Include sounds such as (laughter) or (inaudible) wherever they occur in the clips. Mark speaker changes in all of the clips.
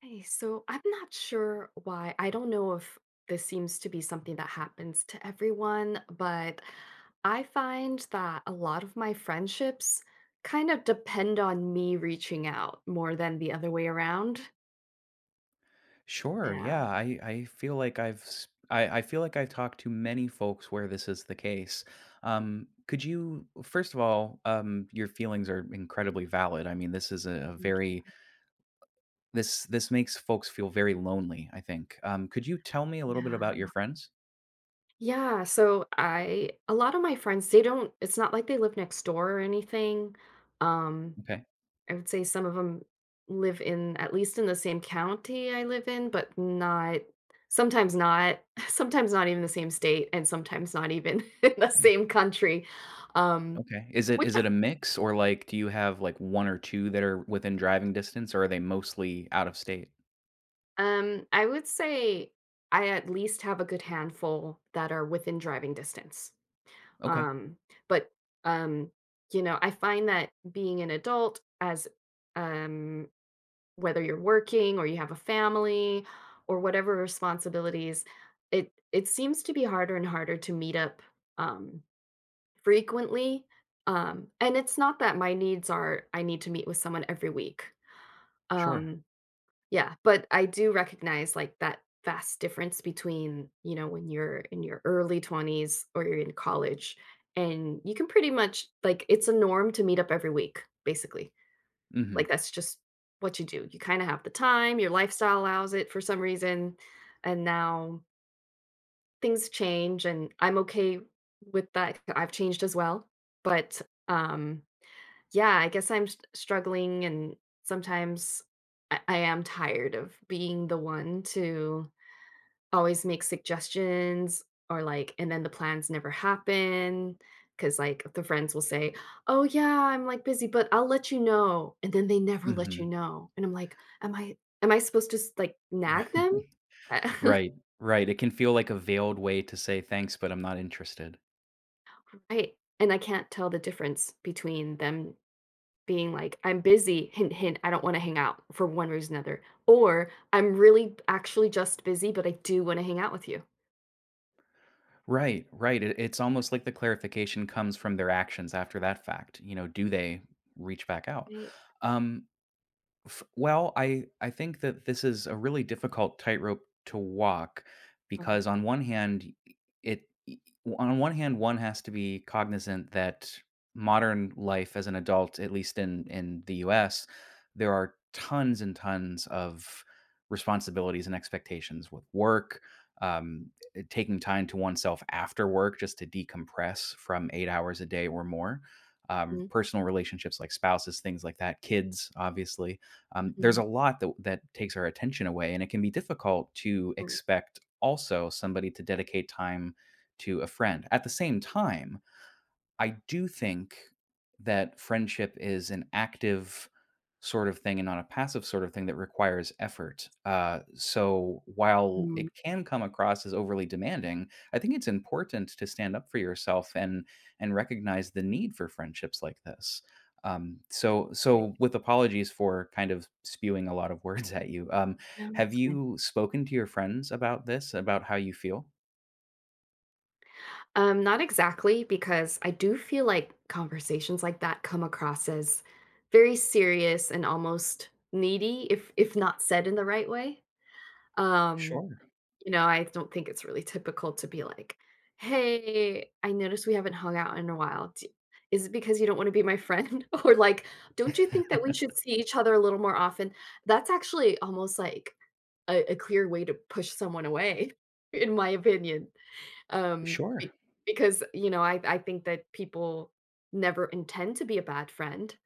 Speaker 1: Hey, so I'm not sure why. I don't know if this seems to be something that happens to everyone, but I find that a lot of my friendships kind of depend on me reaching out more than the other way around.
Speaker 2: Sure.
Speaker 1: Yeah.
Speaker 2: Yeah. I feel like I've s- I feel like I've talked to many folks where this is the case. Could you first of all, Your feelings are incredibly valid. I mean, this is a
Speaker 1: Thank you.
Speaker 2: very this makes folks feel very lonely, I think. Could you tell me a little bit
Speaker 1: Yeah.
Speaker 2: about your friends?
Speaker 1: Yeah. A lot of my friends, they don't, it's not like they live next door or anything. Um
Speaker 2: Okay.
Speaker 1: I would say some of them live in at least in the same county I live in, but not sometimes not, (laughs) sometimes not even the same state, and sometimes not even (laughs) in the
Speaker 2: Mm.
Speaker 1: same country. Um,
Speaker 2: Okay. Is it
Speaker 1: which,
Speaker 2: is it a mix, or like do you have like one or two that are within driving distance, or are they mostly out of state?
Speaker 1: I would say I at least have a good handful that are within driving distance.
Speaker 2: Okay.
Speaker 1: Um, but, um, I find that being an adult, um whether you're working or you have a family or whatever responsibilities, it seems to be harder and harder to meet up um frequently. And it's not that my needs are, I need to meet with someone every week.
Speaker 2: Sure.
Speaker 1: um yeah, but I do recognize like that vast difference between, you know, when you're in your early 20s or you're in college, and you can pretty much like, it's a norm to meet up every week basically. Like,
Speaker 2: Mm-hmm.
Speaker 1: that's just what you do. You kinda have the time, your lifestyle allows it for some reason, and now things change, and I'm okay with that. I've changed as well, but, um, yeah, I guess I'm s struggling, and sometimes I am tired of being the one to always make suggestions, or like, and then the plans never happen because like the friends will say, oh yeah, I'm like busy but I'll let you know, and then they never let you
Speaker 2: Mm-hmm.
Speaker 1: know, and I'm like, am I supposed to like nag them.
Speaker 2: (laughs)
Speaker 1: I,
Speaker 2: Right, right. It can feel like a veiled way to say thanks, but I'm not interested.
Speaker 1: (laughs) I, and I can't tell the difference between them being like I'm busy, hint hint, I don't want to hang out for one reason or another, or I'm really actually just busy but I do want to hang out with you.
Speaker 2: Right, right. It's almost like the clarification comes from their actions after that fact. You know, do they reach back out?
Speaker 1: Right.
Speaker 2: Um, I think that this is a really difficult tightrope to walk
Speaker 1: Um,
Speaker 2: because it i on one hand, one has to be cognizant that modern life as an adult, at least in the US, there are tons and tons of responsibilities and expectations with work, um, taking time to oneself after work just to decompress from 8 hours a day or more. Um,
Speaker 1: mhm,
Speaker 2: personal relationships like spouses, things like that, kids, obviously there's
Speaker 1: mhm,
Speaker 2: a lot that that takes our attention away, and it can be difficult to
Speaker 1: mhm,
Speaker 2: expect also somebody to dedicate time to a friend. At the same time, I do think that friendship is an active sort of thing and not a passive sort of thing that requires effort. So while
Speaker 1: mhm.
Speaker 2: it can come across as overly demanding, I think it's important to stand up for yourself and recognize the need for friendships like this. Um, so
Speaker 1: Right.
Speaker 2: so with apologies for kind of spewing a lot of (laughs) words at you,
Speaker 1: No.
Speaker 2: have you spoken to your friends about this, about how you feel?
Speaker 1: Not exactly, because I do feel like conversations like that come across as very serious and almost needy if not said in the right way. Um,
Speaker 2: Sure.
Speaker 1: you know, I don't think it's really typical to be like, "Hey, I noticed we haven't hung out in a while. Is it because you don't want to be my friend?" (laughs) Or like, "Don't you think that we
Speaker 2: (laughs)
Speaker 1: should see each other a little more often?" That's actually almost like a clear way to push someone away, (laughs) in my opinion.
Speaker 2: Sure.
Speaker 1: Be Because, you know, I think that people never intend to be a bad friend,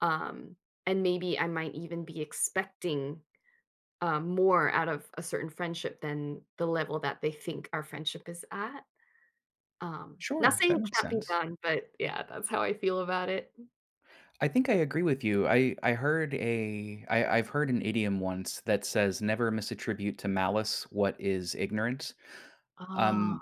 Speaker 1: um, and maybe I might even be expecting more out of a certain friendship than the level that they think our friendship is at. Not
Speaker 2: Sure,
Speaker 1: saying
Speaker 2: that
Speaker 1: it
Speaker 2: makes
Speaker 1: can't be
Speaker 2: sense.
Speaker 1: done, but yeah, that's how I feel about it.
Speaker 2: I think I agree with you. I've heard an idiom once that says never misattribute to malice what is ignorance.
Speaker 1: Oh,
Speaker 2: Um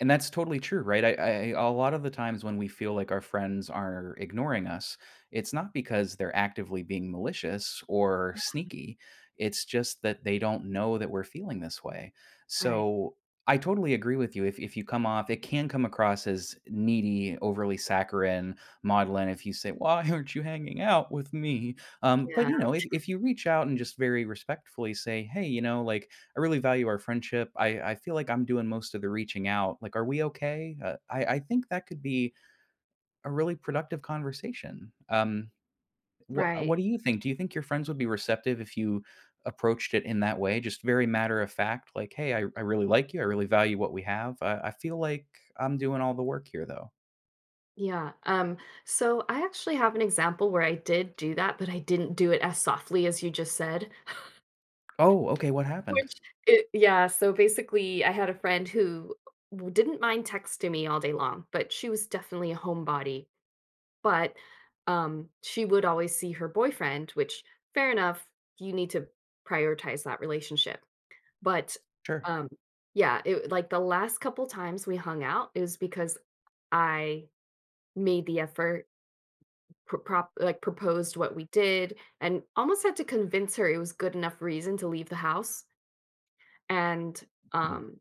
Speaker 2: and that's totally true, right? I A lot of the times when we feel like our friends are ignoring us, it's not because they're actively being malicious or sneaky. It's just that they don't know that we're feeling this way.
Speaker 1: right.
Speaker 2: So I totally agree with you. If you come off, it can come across as needy, overly saccharine, maudlin, if you say, "Why aren't you hanging out with me?" But
Speaker 1: Yeah,
Speaker 2: you know, if you reach out and just very respectfully say, "Hey, you know, like I really value our friendship. I feel like I'm doing most of the reaching out. Like, are we okay?" I think that could be a really productive conversation.
Speaker 1: right.
Speaker 2: What do you think? Do you think your friends would be receptive if you approached it in that way? Just very matter of fact, like, "Hey, I really like you. I really value what we have. I feel like I'm doing all the work here, though."
Speaker 1: Yeah, um, so I actually have an example where I did do that, but I didn't do it as softly as you just said.
Speaker 2: Oh, okay. What happened?
Speaker 1: Which it Yeah, so basically, I had a friend who w didn't mind texting me all day long, but she was definitely a homebody, but, she would always see her boyfriend, which, fair enough, you need to prioritize that relationship, but,
Speaker 2: Sure.
Speaker 1: um yeah, it like, the last couple times we hung out, it was because I made the effort, proposed what we did, and almost had to convince her it was good enough reason to leave the house. and,
Speaker 2: Mm-hmm.
Speaker 1: um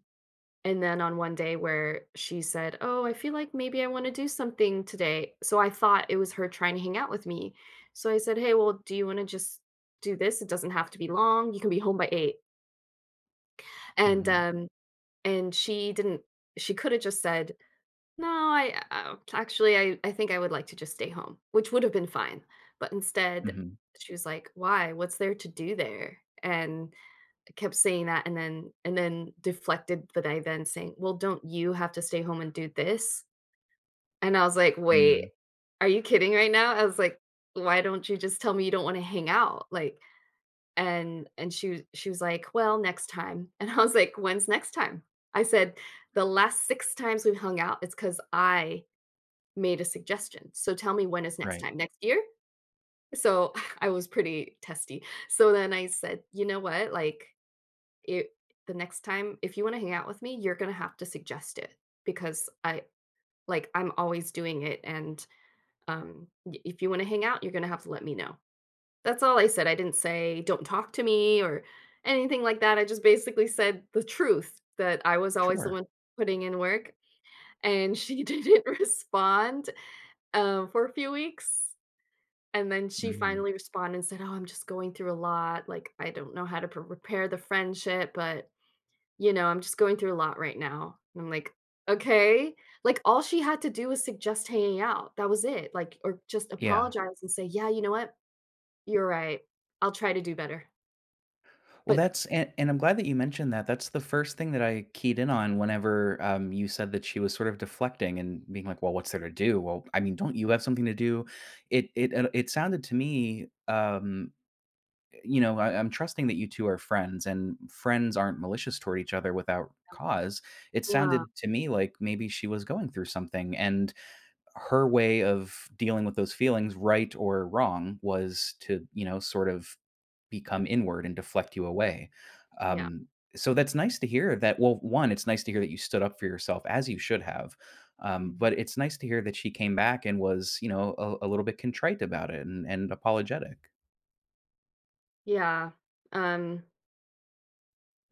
Speaker 1: And then on one day where she said, "Oh, I feel like maybe I wanna do something today." So I thought it was her trying to hang out with me. So I said, "Hey, well, do you wanna just do this? It doesn't have to be long. You can be home by 8." And,
Speaker 2: Mm-hmm.
Speaker 1: um, and she coulda just said, "No, I actually, I think I would like to just stay home," which would have been fine. But instead,
Speaker 2: Mm-hmm.
Speaker 1: she was like, "Why? What's there to do there?" And kept saying that and then deflected the night then saying, "Well, don't you have to stay home and do this?" And I was like, "Wait,
Speaker 2: Mm-hmm.
Speaker 1: are you kidding right now?" I was like, "Why don't you just tell me you don't wanna hang out?" Like, and she was like, "Well, next time." (laughs) And I was like, "When's next time?" I said, "The last 6 times we've hung out, it's because I made a suggestion. So tell me when is next
Speaker 2: Right.
Speaker 1: time, next year?" So (laughs) I was pretty testy. So then I said, "You know what? Like" it The next time if you wanna hang out with me, you're gonna have to suggest it because I, like, I'm always doing it, and, I if you wanna hang out, you're gonna have to let me know. That's all I said. I didn't say, "Don't talk to me," or anything like that. I just basically said the truth, that I was always the
Speaker 2: Sure.
Speaker 1: one putting in work, and she (laughs) didn't respond, for a few weeks, and then she
Speaker 2: Mm-hmm.
Speaker 1: finally responded and said, "Oh, I'm just going through a lot, like, I don't know how to p repair the friendship, but you know, I'm just going through a lot right now." And I'm like, okay. Like, all she had to do was suggest hanging out. That was it. Like, or just
Speaker 2: Yeah.
Speaker 1: apologize and say, yeah, you know what? You're right. I'll try to do better.
Speaker 2: Well,
Speaker 1: But
Speaker 2: that's, and I'm glad that you mentioned that. That's the first thing that I keyed in on whenever you said that she was sort of deflecting and being like, "Well, what's there to do? Well, I mean, don't you have something to do?" It sounded to me, you know, I'm trusting that you two are friends, and friends aren't malicious toward each other without cause. It
Speaker 1: yeah,
Speaker 2: sounded to me like maybe she was going through something, and her way of dealing with those feelings, right or wrong, was to you know sort of become inward and deflect you away.
Speaker 1: yeah.
Speaker 2: Um, so that's nice to hear that. Well, one, it's nice to hear that you stood up for yourself as you should have.
Speaker 1: Mm.
Speaker 2: But it's nice to hear that she came back and was, you know, a little bit contrite about it, and apologetic.
Speaker 1: Yeah. Um,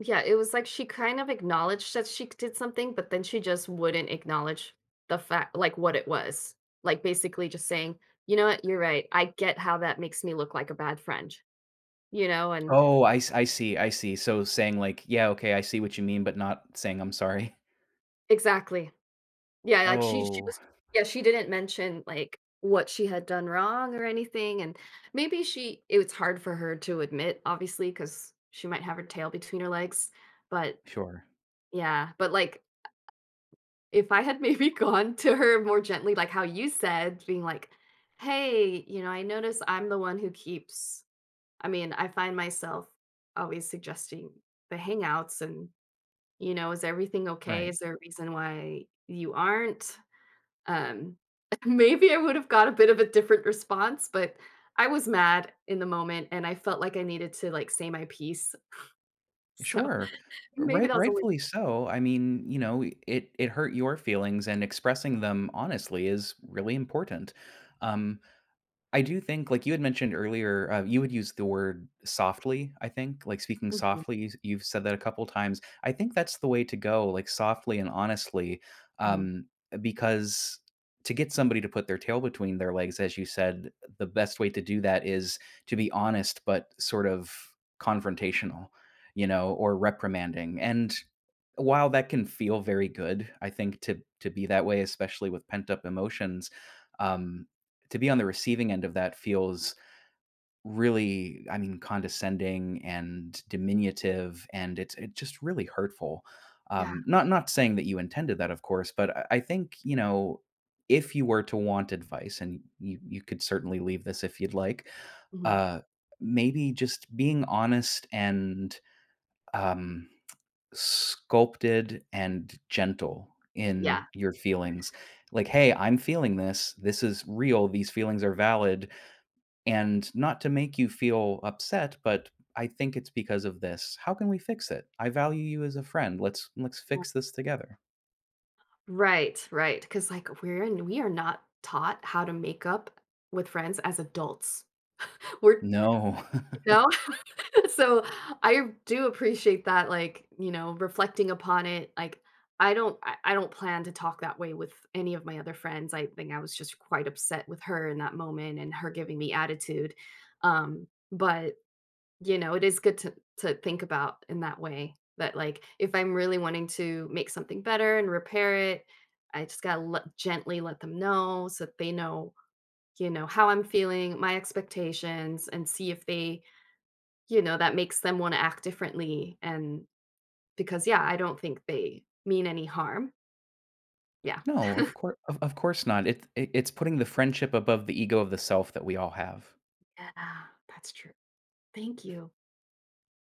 Speaker 1: yeah, it was like she kind of acknowledged that she did something, but then she just wouldn't acknowledge the fact, like, what it was. Like basically just saying, you know what, you're right. I get how that makes me look like a bad friend, you know. And
Speaker 2: I see. I see. So saying, like, yeah, okay, I see what you mean, but not saying I'm sorry.
Speaker 1: exactly. Yeah, like, she
Speaker 2: Oh,
Speaker 1: was, yeah, she didn't mention, like, what she had done wrong or anything. And maybe she it was hard for her to admit, obviously, because she might have her tail between her legs, but
Speaker 2: sure.
Speaker 1: yeah, but, like, if I had maybe (laughs) gone to her more gently, like how you said, being like, "Hey, you know, I notice I'm the one who keeps," I mean, I find myself always suggesting the hangouts, and, you know, "Is everything okay?
Speaker 2: Right.
Speaker 1: Is there a reason why you aren't?" Um, (laughs) Maybe I would have got a bit of a different response, but I was mad in the moment and I felt like I needed to like say my piece. So
Speaker 2: Sure.
Speaker 1: (laughs) maybe
Speaker 2: Right,
Speaker 1: that was only
Speaker 2: rightfully so. I mean, you know, it hurt your feelings, and expressing them honestly is really important. Um I do think, like you had mentioned earlier, you would use the word softly, I think, like speaking
Speaker 1: Mhm,
Speaker 2: softly. You've said that a couple times. I think that's the way to go, like softly and honestly,
Speaker 1: mhm.
Speaker 2: um, because to get somebody to put their tail between their legs, as you said, the best way to do that is to be honest, but sort of confrontational, you know, or reprimanding. And while that can feel very good, I think, to be that way, especially with pent up emotions, um, to be on the receiving end of that feels really, I mean, condescending and diminutive, and it's just really hurtful.
Speaker 1: Yeah,
Speaker 2: Not not saying that you intended that, of course, but I think you know, if you were to want advice, and you could certainly leave this if you'd like,
Speaker 1: mhm.
Speaker 2: uh, maybe just being honest, and um, sculpted and gentle
Speaker 1: Yeah.
Speaker 2: in your feelings. Like, "Hey, I'm feeling this. This is real. These feelings are valid. And not to make you feel upset, but I think it's because of this. How can we fix it? I value you as a friend. Let's fix this together."
Speaker 1: Right, right. Because like we are not taught how to make up with friends as adults. (laughs) We're,
Speaker 2: No.
Speaker 1: you
Speaker 2: (laughs)
Speaker 1: know? (laughs) So I do appreciate that, like, you know, reflecting upon it. Like, I don't plan to talk that way with any of my other friends. I think I was just quite upset with her in that moment and her giving me attitude. But you know, it is good to think about in that way, that like if I'm really wanting to make something better and repair it, I just gotta let, gently let them know so that they know, you know, how I'm feeling, my expectations, and see if they, you know, that makes them wanna act differently. And because, yeah, I don't think they mean any harm. Yeah.
Speaker 2: No, of course not. It's putting the friendship above the ego of the self that we all have.
Speaker 1: Yeah, that's true. Thank you.